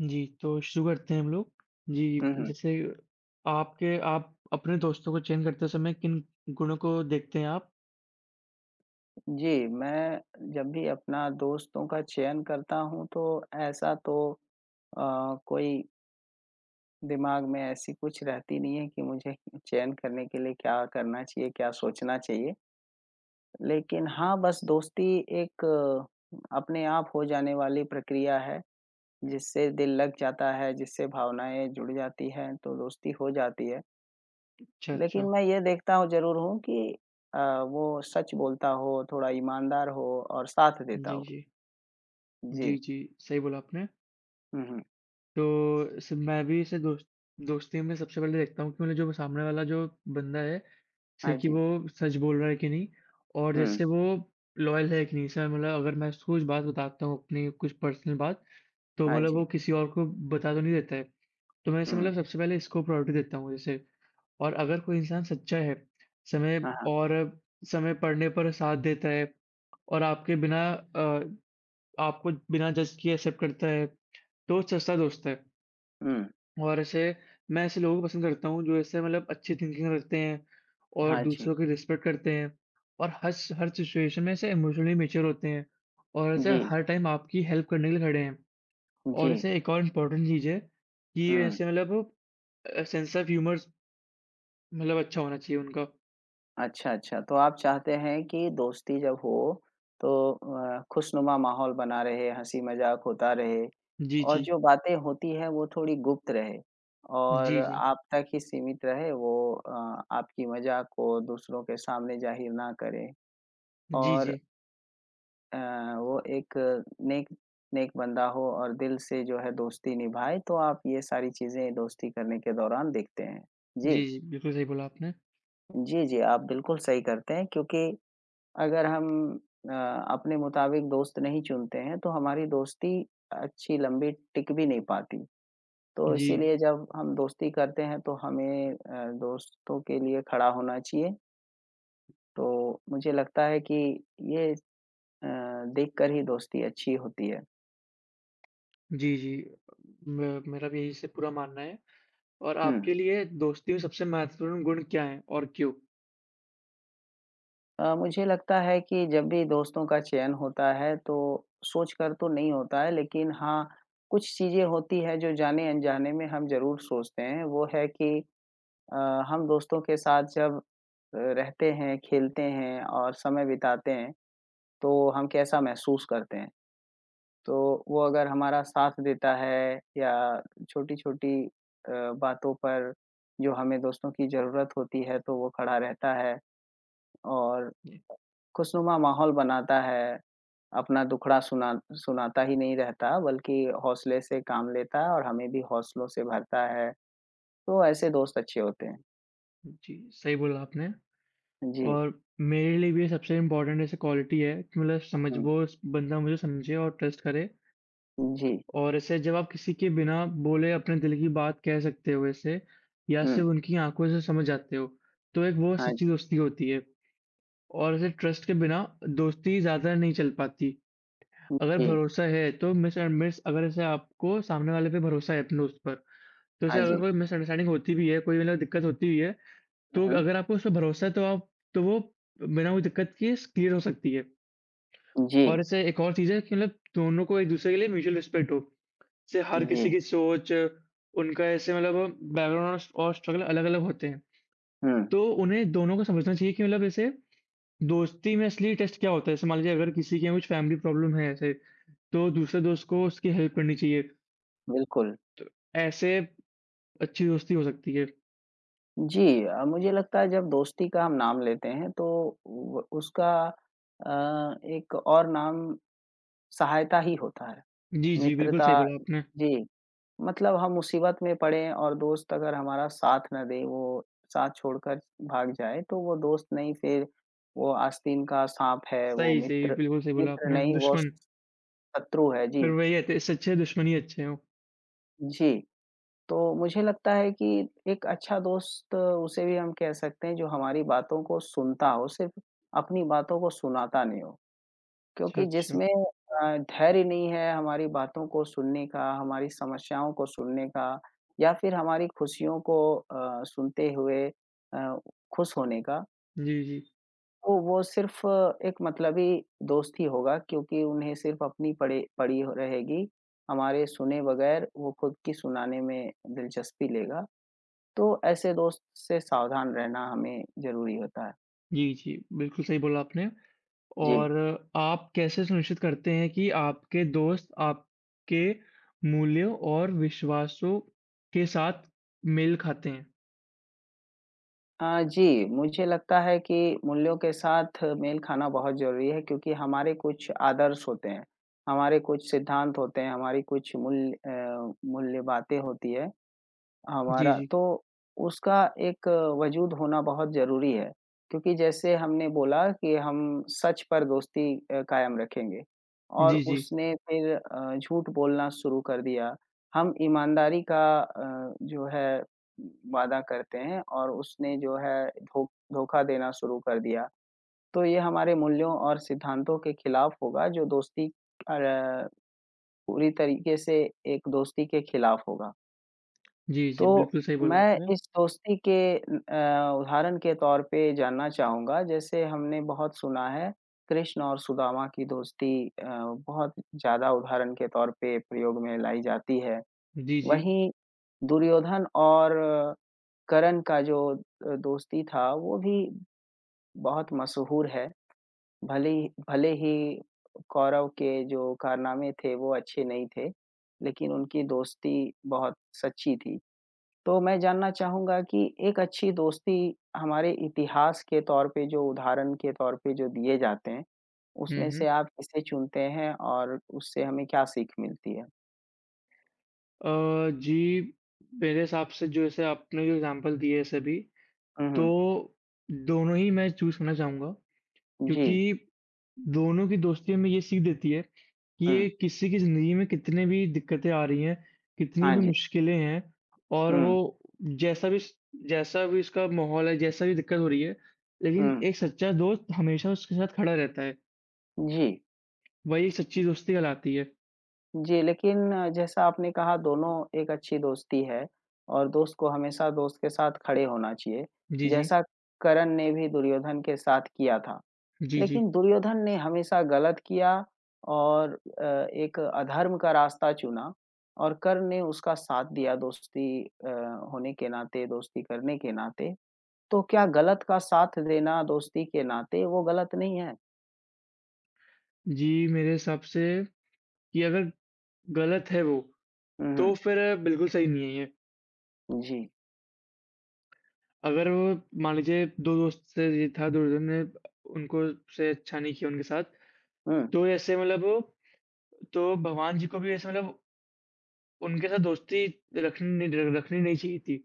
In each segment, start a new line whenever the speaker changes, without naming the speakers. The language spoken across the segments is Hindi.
जी, तो शुरू करते हैं हम लोग। जी,
हुँ, हुँ।
जैसे आपके आप अपने दोस्तों को चयन करते समय किन गुणों को देखते हैं आप?
जी, मैं जब भी अपना दोस्तों का चयन करता हूँ तो ऐसा तो कोई दिमाग में ऐसी कुछ रहती नहीं है कि मुझे चयन करने के लिए क्या करना चाहिए, क्या सोचना चाहिए। लेकिन हाँ, बस दोस्ती एक अपने आप हो जाने वाली प्रक्रिया है, जिससे दिल लग जाता है, जिससे भावनाएँ जुड़ जाती हैं, तो दोस्ती हो जाती है।
अच्छा, अच्छा।
लेकिन मैं ये देखता हूँ ज़रूर हूँ कि अ, वो सच बोलता हो, थोड़ा ईमानदार हो और साथ देता
जी,
हो।
जी। जी,
जी।
जी, सही बोला आपने।
हुँ, हुँ।
तो स मैं भी इसे दोस्त दोस्ती में सबसे पहले देखता हूँ कि मतलब जो सामने वाला जो बंदा है, जैसे
हाँ
कि
जी।
वो सच बोल रहा है कि नहीं और
हुँ,
जैसे वो लॉयल है कि नहीं। जैसे मतलब अगर मैं उसको कुछ बात बताता हूँ अपनी कुछ पर्सनल बात, तो
हाँ
मतलब
जी।
वो किसी और को बता तो नहीं देता है। तो मैं ऐसे
हुँ,
मतलब सबसे पहले इसको प्रायोरिटी देता हूँ जैसे। और अगर कोई इंसान सच्चा है, समय
हाँ, हाँ।
और समय पड़ने पर साथ देता है और आपके बिना अ, आपको बिना जज किए एक्सेप्ट करता है, तो वो सच्चा दोस्त है।
हुँ,
और ऐसे मैं ऐसे लोगों को पसंद करता हूँ जो ऐसे मतलब अच्छी थिंकिंग रखते हैं और
हाँ जी।
दूसरों की रिस्पेक्ट करते हैं और हर सिचुएशन में ऐसे इमोशनली मैच्योर होते हैं और ऐसे
जी,
हर टाइम आपकी हेल्प करने के लिए खड़े हैं। और
जी।
ऐसे एक और इम्पोर्टेंट चीज़ है कि
हुँ।
ऐसे सेंस ऑफ ह्यूमर मतलब अच्छा होना चाहिए उनका।
अच्छा, अच्छा, तो आप चाहते हैं कि दोस्ती जब हो, तो खुशनुमा माहौल बना रहे, हँसी-मज़ाक होता रहे
जी,
और
जी।
जो बातें होती हैं, वो थोड़ी गुप्त रहे और
जी, जी।
आप तक ही सीमित रहे, वो आपकी मज़ाक को दूसरों के सामने ज़ाहिर ना करें
जी,
और
जी।
अ, वो एक नेक नेक बंदा हो और दिल से जो है दोस्ती निभाए, तो आप ये सारी चीज़ें दोस्ती करने के दौरान देखते हैं। जी।
जी, जी, बिल्कुल सही बोला आपने।
जी, जी, आप बिल्कुल सही करते हैं क्योंकि अगर हम अ, अपने मुताबिक दोस्त नहीं चुनते हैं, तो हमारी दोस्ती अच्छी लंबी टिक भी नहीं पाती। तो
जी,
इसीलिए जब हम दोस्ती करते हैं, तो हमें दोस्तों के लिए खड़ा होना चाहिए। तो मुझे लगता है कि ये अ, देखकर ही दोस्ती अच्छी होती है।
जी, जी। म मेरा भी यही इससे पूरा मानना है और
हुँ।
आपके लिए दोस्ती में सबसे महत्वपूर्ण गुण क्या हैं और क्यों?
मुझे लगता है कि जब भी दोस्तों का चयन होता है तो सोच कर तो नहीं होता है लेकिन हाँ, कुछ चीज़ें होती हैं जो जाने-अनजाने में हम ज़रूर सोचते हैं। वो है कि अ, हम दोस्तों के साथ जब रहते हैं, खेलते हैं और समय बिताते हैं, तो हम कैसा महसूस करते हैं। तो वो अगर हमारा साथ देता है या छोटी-छोटी बातों पर जो हमें दोस्तों की ज़रूरत होती है तो वो खड़ा रहता है और
जी,
खुशनुमा माहौल बनाता है। अपना दुखड़ा सुनाता ही नहीं रहता, बल्कि हौसले से काम लेता है और हमें भी हौसलों से भरता है। तो ऐसे दोस्त अच्छे होते हैं।
जी, सही बोला आपने
जी।
और मेरे लिए भी सबसे इम्पोर्टेंट ऐसे क्वालिटी है कि मतलब समझ
हुँ।
वो स बंदा मुझे समझे और ट्रस्ट करे
जी।
और ऐसे जब आप किसी के बिना बोले अपने दिल की बात कह सकते हो ऐसे या
हुँ।
सिर्फ़ उनकी आँखों से समझ जाते हो, तो एक वो
हाँ
सच्ची
जी।
दोस्ती होती है। और ऐसे ट्रस्ट के बिना दोस्ती ज़्यादा नहीं चल पाती। अगर
जी।
भरोसा है तो मिस एंड मिस अगर ऐसे आपको सामने वाले पे भरोसा है अपने दोस्त पर, तो ऐसे
हाँ
अगर
जी।
कोई मिसअंडरस्टैंडिंग होती भी है, कोई मतलब दिक्कत होती भी है,
हुँ,
तो
हुँ।
अगर आपको उस पे भरोसा है तो आप तो वो बिना कोई दिक्कत किए स क्लियर हो सकती है।
जी।
और ऐसे एक और चीज़ है कि मतलब दोनों को एक-दूसरे के लिए म्यूचुअल रिस्पेक्ट हो। जैसे हर
जी।
किसी की सोच, उनका ऐसे मतलब बैकग्राउंड और स्ट्रगल अलग-अलग होते हैं।
हुँ,
तो उन्हें दोनों को समझना चाहिए कि मतलब ऐसे दोस्ती में असली टेस्ट क्या होता है? जैसे मान लीजिए अगर किसी के कुछ फैमिली प्रॉब्लम है ऐसे, तो दूसरे दोस्त को उसकी हेल्प करनी चाहिए।
बिल्कुल।
तो ऐसे अच्छी दोस्ती हो सकती है।
जी मुझे लगता है जब दोस्ती का हम नाम लेते हैं तो व उसका एक और नाम सहायता ही होता है।
जी, जी, बिल्कुल
मित्रता
सही बोला आपने।
जी। मतलब हम मुसीबत में पड़े और दोस्त अगर हमारा साथ ना दे, वो साथ छोड़कर भाग जाए, तो वो दोस्त नहीं फिर वो आस्तीन का साँप है,
सही,
वो
सही,
मित्र
बिल्कुल सही बोला
मित्र
आपने।
नहीं वो
दुश्मन,
शत्रु है। जी,
फिर वही है, तो इससे अच्छे दुश्मन ही अच्छे हों।
जी। तो मुझे लगता है कि एक अच्छा दोस्त उसे भी हम कह सकते हैं जो हमारी बातों को सुनता हो, सिर्फ़ अपनी बातों को सुनाता नहीं हो।
अच्छा,
क्योंकि
अच्छा।
जिसमें धैर्य नहीं है हमारी बातों को सुनने का, हमारी समस्याओं को सुनने का या फिर हमारी खुशियों को सुनते हुए अ, खुश होने का,
जी, जी।
तो वो सिर्फ़ एक मतलबी दोस्त ही होगा क्योंकि उन्हें सिर्फ़ अपनी पड़े पड़ी हो रहेगी, हमारे सुने बगैर वो खुद की सुनाने में दिलचस्पी लेगा। तो ऐसे दोस्त से सावधान रहना हमें ज़रूरी होता है।
जी, जी, बिल्कुल सही बोला आपने।
जी।
और आप कैसे सुनिश्चित करते हैं कि आपके दोस्त आपके मूल्यों और विश्वासों के साथ मेल खाते हैं?
जी, मुझे लगता है कि मूल्यों के साथ मेल खाना बहुत ज़रूरी है क्योंकि हमारे कुछ आदर्श होते हैं, हमारे कुछ सिद्धांत होते हैं, हमारी कुछ मूल्य मूल्य बातें होती है
जी,
हमारा
जी।
तो उसका एक वजूद होना बहुत ज़रूरी है, क्योंकि जैसे हमने बोला कि हम सच पर दोस्ती कायम रखेंगे और
जी, जी।
उसने फिर झूठ बोलना शुरू कर दिया। हम ईमानदारी का जो है वादा करते हैं और उसने जो है धो धोखा देना शुरू कर दिया। तो ये हमारे मूल्यों और सिद्धांतों के खिलाफ होगा जो दोस्ती पूरी तरीके से एक दोस्ती के खिलाफ होगा।
जी, जी,
तो
बिल्कुल सही बोला
मैं
आपने।
इस दोस्ती के उदाहरण के तौर पे जानना चाहूँगा, जैसे हमने बहुत सुना है कृष्ण और सुदामा की दोस्ती बहुत ज़्यादा उदाहरण के तौर पे प्रयोग में लाई जाती है।
जी, जी।
वहीं दुर्योधन और कर्ण का जो दोस्ती था, वो भी बहुत मशहूर है। भले ही कौरव के जो कारनामे थे, वो अच्छे नहीं थे, लेकिन उनकी दोस्ती बहुत सच्ची थी। तो मैं जानना चाहूँगा कि एक अच्छी दोस्ती हमारे इतिहास के तौर पे जो उदाहरण के तौर पे जो दिए जाते हैं,
हुँ,
उसमें
हुँ।
से आप किसे चुनते हैं और उससे हमें क्या सीख मिलती है?
जी, मेरे हिसाब से जो जैसे आपने जो एग्ज़ाम्पल दिए हैं सभी,
हुँ, हुँ।
तो दोनों ही मैं चूज़ करना चाहूँगा
जी।
क्योंकि दोनों की दोस्ती हमें ये सीख देती है कि
हुँ।
ये किसी की ज़िंदगी में कितने भी दिक्कतें आ रही हैं, कितनी
हाँ
भी
जी।
मुश्किलें हैं और
हुँ,
वो जैसा भी स जैसा भी उसका माहौल है, जैसा भी दिक्कत हो रही है, लेकिन
हुँ।
एक सच्चा दोस्त हमेशा उसके साथ खड़ा रहता है।
जी।
वही एक सच्ची दोस्ती कहलाती है।
जी, लेकिन जैसा आपने कहा दोनों एक अच्छी दोस्ती है और दोस्त को हमेशा दोस्त के साथ खड़े होना चाहिए।
जी, जी।
जैसा करण ने भी दुर्योधन के साथ किया था।
जी, जी।
लेकिन दुर्योधन ने हमेशा गलत किया और एक अधर्म का रास्ता चुना और कर्ण ने उसका साथ दिया दोस्ती होने के नाते, दोस्ती करने के नाते। तो क्या गलत का साथ देना दोस्ती के नाते वो गलत नहीं है?
जी, मेरे हिसाब से कि अगर गलत है वो,
हुँ,
तो
हुँ।
फिर बिल्कुल सही नहीं है ये।
जी।
अगर वो मान लीजिए 2 दोस्त से ये था, दुर्योधन ने उनको से अच्छा नहीं किया उनके साथ,
हुँ,
तो ऐसे तो भगवान जी को भी ऐसे मतलब उनके साथ दोस्ती रखनी नहीं चाहिए थी।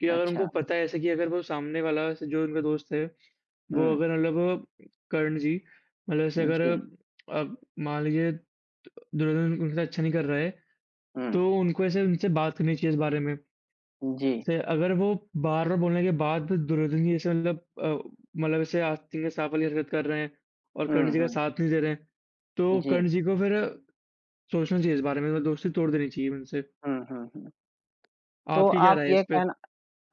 कि अगर उनको
अच्छा।
पता है ऐसे कि अगर वो सामने वाला से जो उनका दोस्त है, वो
हुँ,
अगर मतलब कर्ण जी मतलब ऐसे अगर
जी।
अब मान लीजिए दुर्योधन उनके साथ अच्छा नहीं कर रहा है,
हुँ,
तो उनको ऐसे उनसे बात करनी चाहिए इस बारे में।
जी।
से अगर वो बार-बार बोलने के बाद भी दुर्योधन जी जैसे मतलब ऐसे आस्तीन के साँप वाली हरकत कर रहे हैं और
हुँ,
कर्ण जी का
हुँ।
साथ नहीं दे रहे हैं, तो
जी।
कर्ण जी को फिर सोचना चाहिए इस बारे में, मतलब दोस्ती तोड़ देनी चाहिए उनसे।
हुँ, हुँ, हुँ। तो
आपकी क्या
आप
राय है इस
ये
पे?
कहना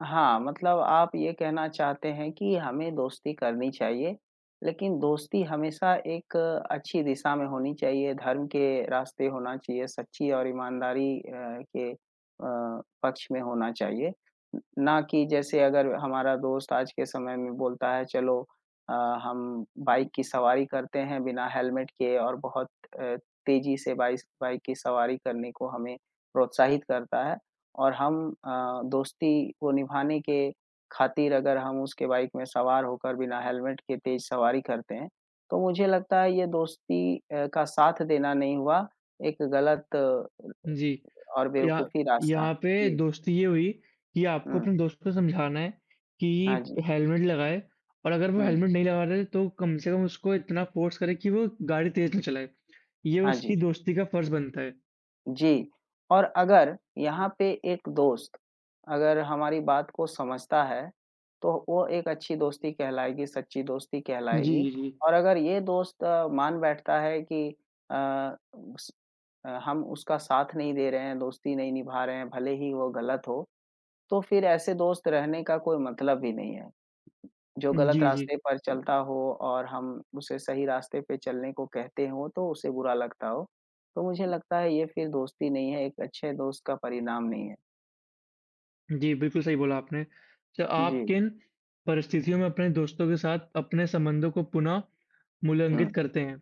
हाँ, मतलब आप ये कहना चाहते हैं कि हमें दोस्ती करनी चाहिए, लेकिन दोस्ती हमेशा एक अच्छी दिशा में होनी चाहिए, धर्म के रास्ते होना चाहिए, सच्ची और ईमानदारी के पक्ष में होना चाहिए। न ना कि जैसे अगर हमारा दोस्त आज के समय में बोलता है चलो अ, हम बाइक की सवारी करते हैं बिना हेलमेट के और बहुत अ, तेज़ी से बाइस बाइक की सवारी करने को हमें प्रोत्साहित करता है। और हम दोस्ती को निभाने के खातिर अगर हम उसके बाइक में सवार होकर बिना हेलमेट के तेज सवारी करते हैं, तो मुझे लगता है ये दोस्ती का साथ देना नहीं हुआ, एक गलत
जी,
और
या
बेवकूफ़ी रास्ता।
यहाँ पे
जी,
दोस्ती ये हुई कि आपको
हुँ।
अपने दोस्त को समझाना है कि
हाँ जी,
हेलमेट लगाए और अगर वो
हुँ।
हेलमेट नहीं लगा रहा है, तो कम से कम उसको इतना फ़ोर्स करें कि वो गाड़ी तेज़ ना चलाए। ये
हाँ जी।
उसकी दोस्ती का फ़र्ज़ बनता है।
जी, और अगर यहाँ पे एक दोस्त अगर हमारी बात को समझता है, तो वो एक अच्छी दोस्ती कहलाएगी, सच्ची दोस्ती
जी,
कहलाएगी
जी।
और अगर ये दोस्त मान बैठता है कि उस हम उसका साथ नहीं दे रहे हैं, दोस्ती नहीं निभा रहे हैं, भले ही वो गलत हो, तो फिर ऐसे दोस्त रहने का कोई मतलब ही नहीं है। जो गलत
जी, जी।
रास्ते पर चलता हो और हम उसे सही रास्ते पे चलने को कहते हों, तो उसे बुरा लगता हो। तो मुझे लगता है ये फिर दोस्ती नहीं है, एक अच्छे दोस्त का परिणाम नहीं है।
जी, बिल्कुल सही बोला आपने। तो आप
जी,
किन परिस्थितियों में अपने दोस्तों के साथ अपने संबंधों को पुनः मूल्यांकित
हुँ।
करते हैं?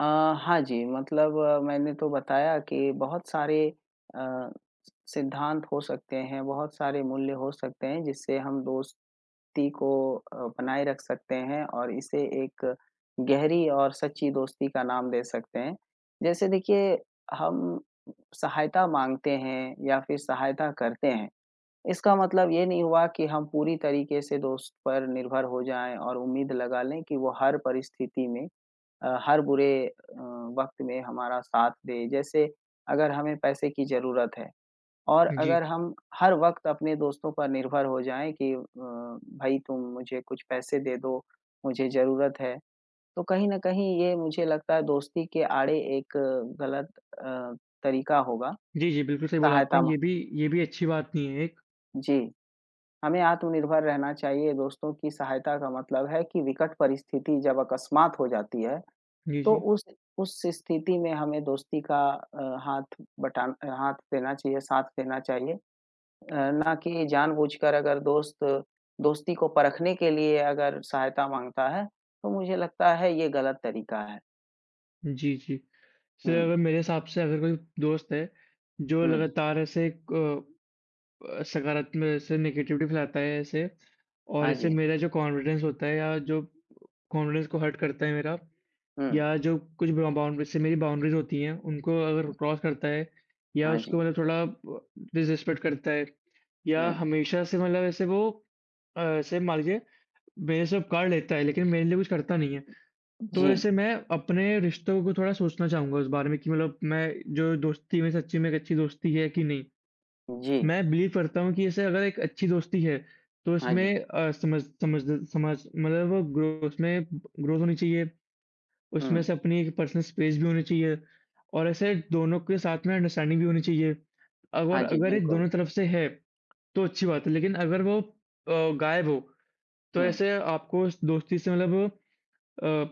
अ, हाँ जी, मतलब मैंने तो बताया कि बहुत सारे अ, सिद्धांत हो सकते हैं, बहुत सारे मूल्य हो सकते हैं जिससे हम दोस्त व्यक्ति को बनाए रख सकते हैं और इसे एक गहरी और सच्ची दोस्ती का नाम दे सकते हैं। जैसे देखिए हम सहायता माँगते हैं या फिर सहायता करते हैं, इसका मतलब ये नहीं हुआ कि हम पूरी तरीके से दोस्त पर निर्भर हो जाएँ और उम्मीद लगा लें कि वो हर परिस्थिति में हर बुरे वक़्त में हमारा साथ दे। जैसे अगर हमें पैसे की ज़रूरत है, और
जी।
अगर हम हर वक़्त अपने दोस्तों पर निर्भर हो जाएँ कि भाई तुम मुझे कुछ पैसे दे दो, मुझे ज़रूरत है, तो कहीं न कहीं ये मुझे लगता है दोस्ती के आड़े एक गलत अ, तरीका होगा
जी, जी, बिल्कुल सही बोला आपने।
सहायता म
ये भी अच्छी बात नहीं है एक।
जी, हमें आत्मनिर्भर रहना चाहिए। दोस्तों की सहायता का मतलब है कि विकट परिस्थिति जब अकस्मात हो जाती है,
जी,
तो
जी।
उस स्थिति में हमें दोस्ती का हाथ बटान हाथ देना चाहिए, साथ देना चाहिए। ना कि जानबूझकर अगर दोस्ती को परखने के लिए अगर सहायता माँगता है, तो मुझे लगता है ये गलत तरीका है।
जी, जी। से
हुँ,
अगर मेरे हिसाब से अगर कोई दोस्त है, जो
हुँ,
लगातार सकारात्मक ऐसे नेगेटिविटी फैलाता है ऐसे और
हाँ
इससे
जी,
मेरा जो कॉन्फिडेंस होता है या जो कॉन्फिडेंस को हर्ट करता है मेरा
हुँ,
या जो कुछ बा बाउंड्री से मेरी बाउंड्रीज़ होती हैं, उनको अगर क्रॉस करता है या
हाँ
उसको
जी,
मतलब थोड़ा ब डिसरिस्पेक्ट करता है या
हुँ,
हमेशा से मतलब ऐसे ऐसे मान लीजिए मेरे से उपकार लेता है, लेकिन मेरे लिए कुछ करता नहीं है। तो
जी,
ऐसे मैं अपने रिश्तों को थोड़ा सोचना चाहूँगा उस बारे में कि मतलब मैं जो दोस्ती में सच्ची में एक अच्छी दोस्ती है कि नहीं?
जी,
मैं बिलीव करता हूँ कि ऐसे अगर एक अच्छी दोस्ती है, तो
हाँ जी,
इसमें अ, समझ समझ समझ मतलब ग्रो उसमें ग्रोथ होनी चाहिए, उसमें
हुँ,
से अपनी एक पर्सनल स्पेस भी होनी चाहिए और ऐसे दोनों के साथ में अंडरस्टैंडिंग भी होनी चाहिए। अगर
हाँ जी,
अगर ये
बिल्कुल,
दोनों तरफ से है, तो अच्छी बात है, लेकिन अगर गायब हो, तो
हुँ,
ऐसे आपको उस दोस्ती से अ,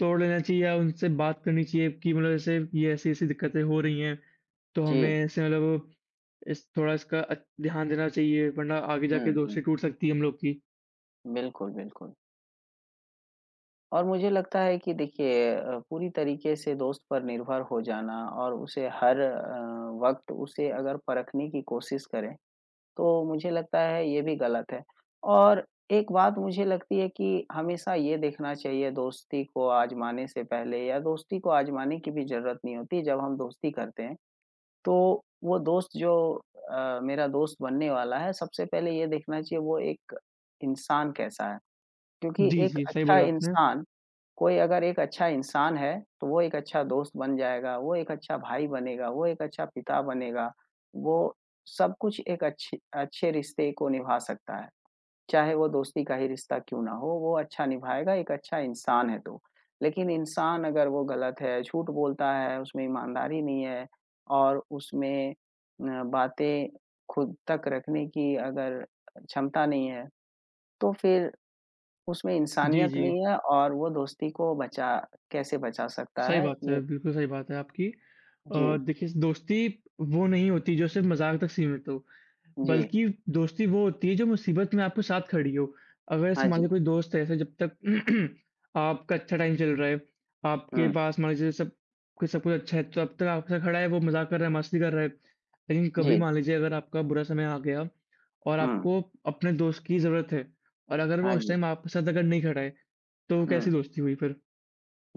तोड़ लेना चाहिए या उनसे बात करनी चाहिए कि मतलब ऐसे ये ऐसी-ऐसी दिक्कतें हो रही हैं, तो हमें
जी,
ऐसे मतलब इस थोड़ा इसका अ, ध्यान देना चाहिए वरना आगे
हुँ,
जाके
हुँ,
दोस्ती टूट सकती है हम लोग की।
बिल्कुल, बिल्कुल। और मुझे लगता है कि देखिए पूरी तरीके से दोस्त पर निर्भर हो जाना और उसे हर वक़्त उसे अगर परखने की कोशिश करें तो मुझे लगता है ये भी गलत है। और एक बात मुझे लगती है कि हमेशा ये देखना चाहिए दोस्ती को आज़माने से पहले या दोस्ती को आज़माने की भी ज़रूरत नहीं होती जब हम दोस्ती करते हैं। तो वो दोस्त जो मेरा दोस्त बनने वाला है सबसे पहले ये देखना चाहिए वो एक इंसान कैसा है? क्योंकि
जी,
एक
जी, सही
अच्छा
बोला आपने।
इंसान कोई अगर एक अच्छा इंसान है, तो वो एक अच्छा दोस्त बन जाएगा, वो एक अच्छा भाई बनेगा, वो एक अच्छा पिता बनेगा, वो सब कुछ एक अच्छे अच्छे रिश्ते को निभा सकता है। चाहे वो दोस्ती का ही रिश्ता क्यों ना हो, वो अच्छा निभाएगा, एक अच्छा इंसान है तो। लेकिन इंसान अगर वो गलत है, झूठ बोलता है, उसमें ईमानदारी नहीं है और उसमें बातें खुद तक रखने की अगर क्षमता नहीं है, तो फिर उसमें
जी,
इंसानियत
जी।
नहीं है और वो दोस्ती को बचा कैसे बचा सकता
सही
है
बात है,
ये
बिल्कुल सही बात है आपकी।
जी,
देखिए दोस्ती वो नहीं होती जो सिर्फ़ मज़ाक तक सीमित हो,
जी।
बल्कि दोस्ती वो होती है जो मुसीबत में आपके साथ खड़ी हो। अगर जैसे
हाँ
मान
जी।
लो कोई दोस्त है ऐसे जब तक आपका अच्छा टाइम चल रहा है, आपके
हुँ,
पास मान लीजिए सब कुछ अच्छा है, तो अब तक आपके साथ खड़ा है, वो मज़ाक कर रहा है, मस्ती कर रहा है। लेकिन कभी
जी।
मान लीजिए अगर आपका बुरा समय आ गया और
हुँ,
आपको अपने दोस्त की ज़रूरत है और अगर वो
हाँ
उस
जी।
टाइम आपके साथ अगर नहीं खड़ा है, तो वो
हुँ।
कैसी दोस्ती हुई फिर?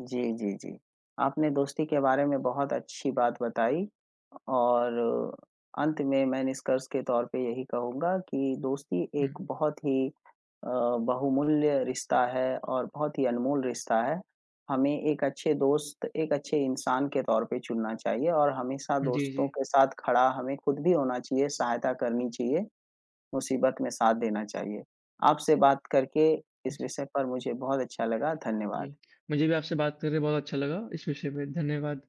जी, जी, जी। आपने दोस्ती के बारे में बहुत अच्छी बात बताई और अंत में मैं निष्कर्ष के तौर पे यही कहूँगा कि दोस्ती
हुँ।
एक बहुत ही अ, बहुमूल्य रिश्ता है और बहुत ही अनमोल रिश्ता है। हमें एक अच्छे दोस्त, एक अच्छे इंसान के तौर पे चुनना चाहिए और हमेशा
जी,
दोस्तों
जी।
के साथ खड़ा हमें खुद भी होना चाहिए, सहायता करनी चाहिए, मुसीबत में साथ देना चाहिए। आपसे बात करके इस
जी।
विषय पर मुझे बहुत अच्छा लगा।
जी,
धन्यवाद।
मुझे भी आपसे बात करके बहुत अच्छा लगा। इस विषय पे धन्यवाद।